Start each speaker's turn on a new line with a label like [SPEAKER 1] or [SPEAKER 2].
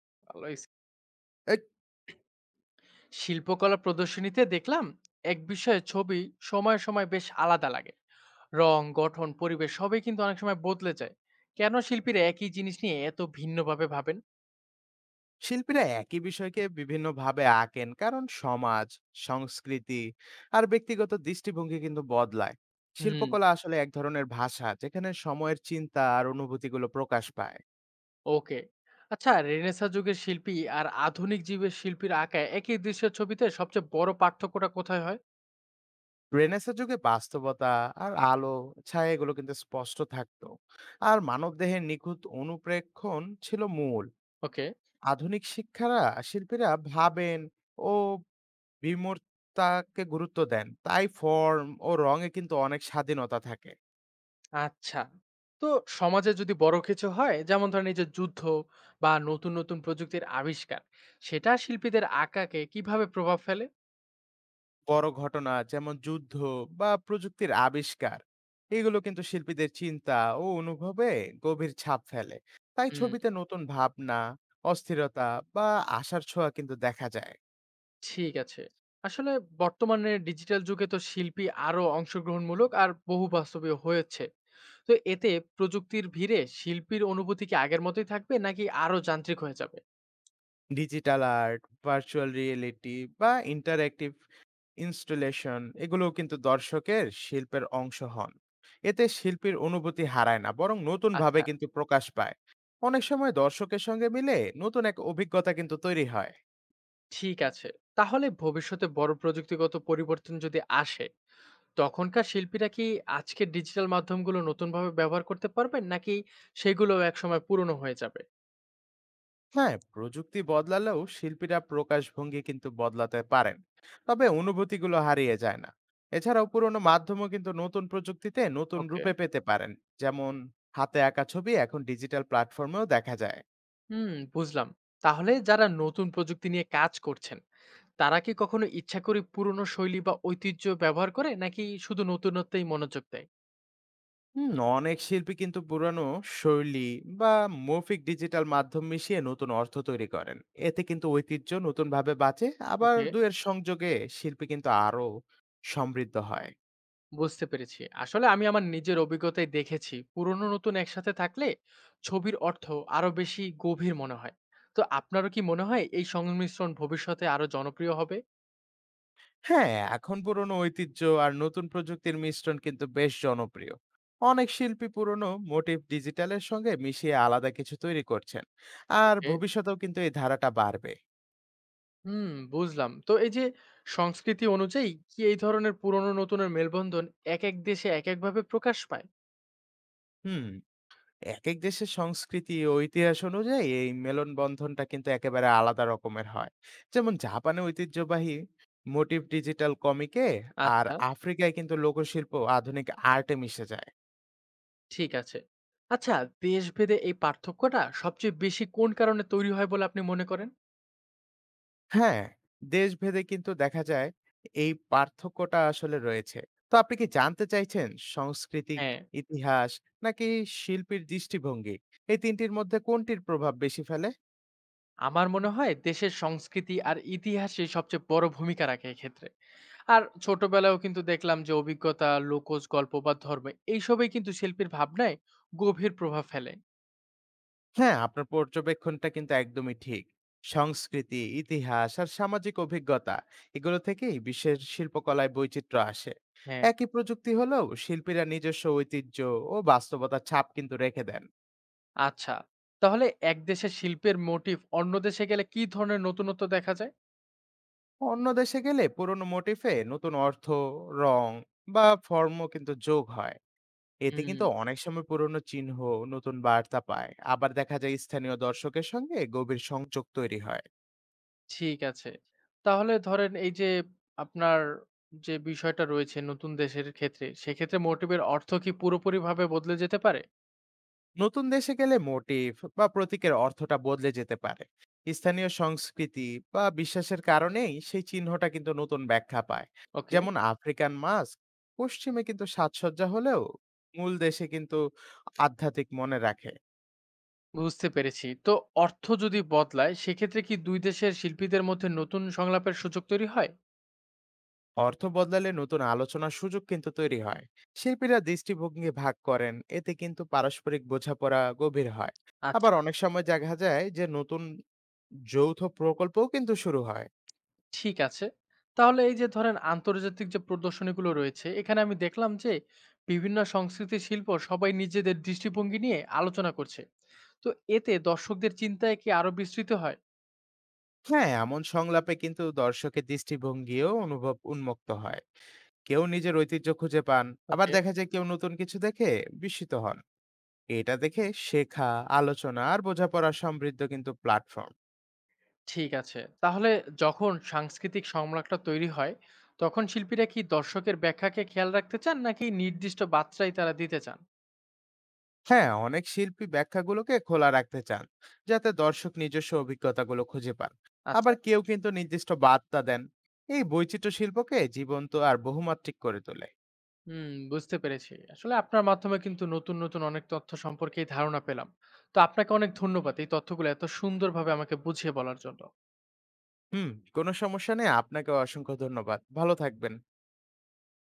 [SPEAKER 1] ভালোই
[SPEAKER 2] এ
[SPEAKER 1] শিল্পকলা প্রদর্শনীতে দেখলাম এক বিষয়ে ছবি সময় সময় বেশ আলাদা লাগে। রং, গঠন, পরিবেশ সবই কিন্তু অনেক সময় বদলে যায়। কেন শিল্পীরা একই জিনিস নিয়ে এত ভিন্নভাবে ভাবেন?
[SPEAKER 2] শিল্পীরা একই বিষয়কে বিভিন্নভাবে আঁকেন কারণ সমাজ, সংস্কৃতি আর ব্যক্তিগত দৃষ্টিভঙ্গি কিন্তু বদলায়।
[SPEAKER 1] হুম।
[SPEAKER 2] শিল্পকলা আসলে এক ধরনের ভাষা যেখানে সময়ের চিন্তা আর অনুভূতিগুলো প্রকাশ পায়।
[SPEAKER 1] ওকে। আচ্ছা, রেনেসা যুগের শিল্পী আর আধুনিক যুগের শিল্পীর আঁকা একই দৃশ্যের ছবিতে সবচেয়ে বড় পার্থক্যটা কোথায় হয়?
[SPEAKER 2] রেনেসাঁ যুগে বাস্তবতা আর আলো ছায়া এগুলো কিন্তু স্পষ্ট থাকতো। আর মানবদেহের নিখুঁত অনুপ্রেক্ষণ ছিল মূল।
[SPEAKER 1] ওকে।
[SPEAKER 2] আধুনিক শিল্পীরা ভাবেন ও বিমূর্তাকে গুরুত্ব দেন, তাই ফর্ম ও রঙে কিন্তু অনেক স্বাধীনতা থাকে।
[SPEAKER 1] আচ্ছা, তো সমাজে যদি বড় কিছু হয়, যেমন ধরেন এই যে যুদ্ধ বা নতুন নতুন প্রযুক্তির আবিষ্কার, সেটা শিল্পীদের আঁকাকে কিভাবে প্রভাব ফেলে?
[SPEAKER 2] বড় ঘটনা যেমন যুদ্ধ বা প্রযুক্তির আবিষ্কার, এগুলো কিন্তু শিল্পীদের চিন্তা ও অনুভবে গভীর ছাপ ফেলে। তাই
[SPEAKER 1] হুম।
[SPEAKER 2] ছবিতে নতুন ভাবনা, অস্থিরতা বা আশার ছোঁয়া কিন্তু দেখা যায়।
[SPEAKER 1] ঠিক আছে। আসলে বর্তমানে ডিজিটাল যুগে তো শিল্পী আরো অংশগ্রহণমূলক আর বহু বাস্তবীয় হয়েছে। তো এতে প্রযুক্তির ভিড়ে শিল্পীর অনুভূতি কি আগের মতোই থাকবে নাকি আরো যান্ত্রিক হয়ে যাবে?
[SPEAKER 2] ডিজিটাল আর্ট, ভার্চুয়াল রিয়েলিটি বা ইন্টারঅ্যাক্টিভ ইনস্টলেশন এগুলোও কিন্তু দর্শকের শিল্পের অংশ হন। এতে শিল্পীর অনুভূতি হারায় না, বরং নতুন ভাবে
[SPEAKER 1] আচ্ছা।
[SPEAKER 2] কিন্তু প্রকাশ পায়। অনেক সময় দর্শকের সঙ্গে মিলে নতুন এক অভিজ্ঞতা কিন্তু তৈরি হয়।
[SPEAKER 1] ঠিক আছে। তাহলে ভবিষ্যতে বড় প্রযুক্তিগত পরিবর্তন যদি আসে, তখনকার শিল্পীরা কি আজকের ডিজিটাল মাধ্যমগুলো নতুনভাবে ব্যবহার করতে পারবেন নাকি সেগুলোও একসময় পুরনো হয়ে যাবে?
[SPEAKER 2] হ্যাঁ, প্রযুক্তি বদলালেও শিল্পীরা প্রকাশভঙ্গি কিন্তু বদলাতে পারেন, তবে অনুভূতিগুলো হারিয়ে যায় না। এছাড়াও পুরোনো মাধ্যমও কিন্তু নতুন প্রযুক্তিতে নতুন
[SPEAKER 1] ওকে।
[SPEAKER 2] রূপে পেতে পারেন। যেমন হাতে আঁকা ছবি এখন ডিজিটাল প্ল্যাটফর্মেও দেখা যায়।
[SPEAKER 1] হুম, বুঝলাম। তাহলে যারা নতুন প্রযুক্তি নিয়ে কাজ করছেন তারা কি কখনো ইচ্ছা করে পুরনো শৈলী বা ঐতিহ্য ব্যবহার করে নাকি শুধু নতুনত্বেই মনোযোগ দেয়?
[SPEAKER 2] হুম, অনেক শিল্পী কিন্তু পুরানো শৈলী বা মৌখিক ডিজিটাল মাধ্যম মিশিয়ে নতুন অর্থ তৈরি করেন। এতে কিন্তু ঐতিহ্য নতুনভাবে বাঁচে। আবার
[SPEAKER 1] ওকে।
[SPEAKER 2] দুয়ের সংযোগে শিল্পী কিন্তু আরো সমৃদ্ধ হয়।
[SPEAKER 1] বুঝতে পেরেছি। আসলে আমি আমার নিজের অভিজ্ঞতায় দেখেছি পুরনো নতুন একসাথে থাকলে ছবির অর্থ আরো বেশি গভীর মনে হয়। তো আপনারও কি মনে হয় এই সংমিশ্রণ ভবিষ্যতে আরো জনপ্রিয় হবে?
[SPEAKER 2] হ্যাঁ, এখন পুরনো ঐতিহ্য আর নতুন প্রযুক্তির মিশ্রণ কিন্তু বেশ জনপ্রিয়। অনেক শিল্পী পুরনো মোটিভ ডিজিটালের সঙ্গে মিশিয়ে আলাদা কিছু তৈরি করছেন। আর
[SPEAKER 1] ওকে।
[SPEAKER 2] ভবিষ্যতেও কিন্তু এই ধারাটা বাড়বে।
[SPEAKER 1] হুম, বুঝলাম। তো এই যে সংস্কৃতি অনুযায়ী কি এই ধরনের পুরনো নতুনের মেলবন্ধন এক এক দেশে এক একভাবে প্রকাশ পায়?
[SPEAKER 2] হুম, এক এক দেশের সংস্কৃতি ও ইতিহাস অনুযায়ী এই মেলন বন্ধনটা কিন্তু একেবারে আলাদা রকমের হয়। যেমন জাপানে ঐতিহ্যবাহী মোটিভ ডিজিটাল কমিকে, আর
[SPEAKER 1] আচ্ছা।
[SPEAKER 2] আফ্রিকায় কিন্তু লোকশিল্প ও আধুনিক আর্টে মিশে যায়।
[SPEAKER 1] ঠিক আছে। আচ্ছা, দেশভেদে এই পার্থক্যটা সবচেয়ে বেশি কোন কারণে তৈরি হয় বলে আপনি মনে করেন?
[SPEAKER 2] হ্যাঁ, দেশভেদে কিন্তু দেখা যায় এই পার্থক্যটা আসলে রয়েছে। তো আপনি কি জানতে চাইছেন সাংস্কৃতিক,
[SPEAKER 1] হ্যাঁ।
[SPEAKER 2] ইতিহাস নাকি শিল্পীর দৃষ্টিভঙ্গি? এই ৩ টির মধ্যে কোনটির প্রভাব বেশি ফেলে?
[SPEAKER 1] আমার মনে হয় দেশের সংস্কৃতি আর ইতিহাসে সবচেয়ে বড় ভূমিকা রাখে এক্ষেত্রে। আর ছোটবেলায়ও কিন্তু দেখলাম যে অভিজ্ঞতা, লোকজ গল্প বা ধর্ম এইসবই কিন্তু শিল্পীর ভাবনায় গভীর প্রভাব ফেলে।
[SPEAKER 2] হ্যাঁ, আপনার পর্যবেক্ষণটা কিন্তু একদমই ঠিক। সংস্কৃতি, ইতিহাস আর সামাজিক অভিজ্ঞতা, এগুলো থেকেই বিশ্বের শিল্পকলায় বৈচিত্র্য আসে।
[SPEAKER 1] হ্যাঁ।
[SPEAKER 2] একই প্রযুক্তি হলেও শিল্পীরা নিজস্ব ঐতিহ্য ও বাস্তবতার ছাপ কিন্তু রেখে দেন।
[SPEAKER 1] আচ্ছা, তাহলে এক দেশের শিল্পের মোটিভ অন্য দেশে গেলে কি ধরনের নতুনত্ব দেখা যায়?
[SPEAKER 2] অন্য দেশে গেলে পুরনো মোটিফে নতুন অর্থ, রং বা ফর্ম কিন্তু যোগ হয়। এতে কিন্তু
[SPEAKER 1] হুম।
[SPEAKER 2] অনেক সময় পুরনো চিহ্ন নতুন বার্তা পায়। আবার দেখা যায় স্থানীয় দর্শকের সঙ্গে গভীর সংযোগ তৈরি হয়।
[SPEAKER 1] ঠিক আছে। তাহলে ধরেন এই যে আপনার যে বিষয়টা রয়েছে নতুন দেশের ক্ষেত্রে, সেক্ষেত্রে মোটিভের অর্থ কি পুরোপুরিভাবে বদলে যেতে পারে?
[SPEAKER 2] নতুন দেশে গেলে মোটিভ বা প্রতীকের অর্থটা বদলে যেতে পারে। স্থানীয় সংস্কৃতি বা বিশ্বাসের কারণেই সেই চিহ্নটা কিন্তু নতুন ব্যাখ্যা পায়।
[SPEAKER 1] ওকে।
[SPEAKER 2] যেমন আফ্রিকান মাস্ক পশ্চিমে কিন্তু সাজসজ্জা হলেও, মূল দেশে কিন্তু আধ্যাত্মিক মনে রাখে।
[SPEAKER 1] বুঝতে পেরেছি। তো অর্থ যদি বদলায় সেক্ষেত্রে কি ২ দেশের শিল্পীদের মধ্যে নতুন সংলাপের সুযোগ তৈরি হয়?
[SPEAKER 2] অর্থ বদলালে নতুন আলোচনার সুযোগ কিন্তু তৈরি হয়। শিল্পীরা দৃষ্টিভঙ্গি ভাগ করেন, এতে কিন্তু পারস্পরিক বোঝাপড়া গভীর হয়।
[SPEAKER 1] আচ্ছা।
[SPEAKER 2] আবার অনেক সময় দেখা যায় যে নতুন যৌথ প্রকল্পও কিন্তু শুরু হয়।
[SPEAKER 1] ঠিক আছে। তাহলে এই যে ধরেন আন্তর্জাতিক যে প্রদর্শনীগুলো রয়েছে, এখানে আমি দেখলাম যে বিভিন্ন সংস্কৃতির শিল্প সবাই নিজেদের দৃষ্টিভঙ্গি নিয়ে আলোচনা করছে। তো এতে দর্শকদের চিন্তায় কি আরো বিস্তৃত হয়?
[SPEAKER 2] হ্যাঁ, এমন সংলাপে কিন্তু দর্শকের দৃষ্টিভঙ্গিও অনুভব উন্মুক্ত হয়। কেউ নিজের ঐতিহ্য খুঁজে পান। আবার
[SPEAKER 1] ওকে।
[SPEAKER 2] দেখা যায় কেউ নতুন কিছু দেখে বিস্মিত হন। এটা দেখে শেখা, আলোচনা আর বোঝাপড়া সমৃদ্ধ কিন্তু প্ল্যাটফর্ম।
[SPEAKER 1] ঠিক আছে। তাহলে যখন সাংস্কৃতিক সংলাপটা তৈরি হয়, তখন শিল্পীরা কি দর্শকের ব্যাখ্যাকে খেয়াল রাখতে চান নাকি নির্দিষ্ট বার্তাই তারা দিতে চান?
[SPEAKER 2] হ্যাঁ, অনেক শিল্পী ব্যাখ্যাগুলোকে খোলা রাখতে চান, যাতে দর্শক নিজস্ব অভিজ্ঞতাগুলো খুঁজে পান। আবার
[SPEAKER 1] আচ্ছা।
[SPEAKER 2] কেউ কিন্তু নির্দিষ্ট বার্তা দেন। এই বৈচিত্র্য শিল্পকে জীবন্ত আর বহুমাত্রিক করে তোলে।
[SPEAKER 1] হুম, বুঝতে পেরেছি। আসলে আপনার মাধ্যমে কিন্তু নতুন, নতুন অনেক তথ্য সম্পর্কেই ধারণা পেলাম। তো আপনাকে অনেক ধন্যবাদ এই তথ্যগুলো এত সুন্দরভাবে আমাকে বুঝিয়ে বলার জন্য।
[SPEAKER 2] হুম, কোনো সমস্যা নেই। আপনাকে অসংখ্য ধন্যবাদ। ভালো থাকবেন।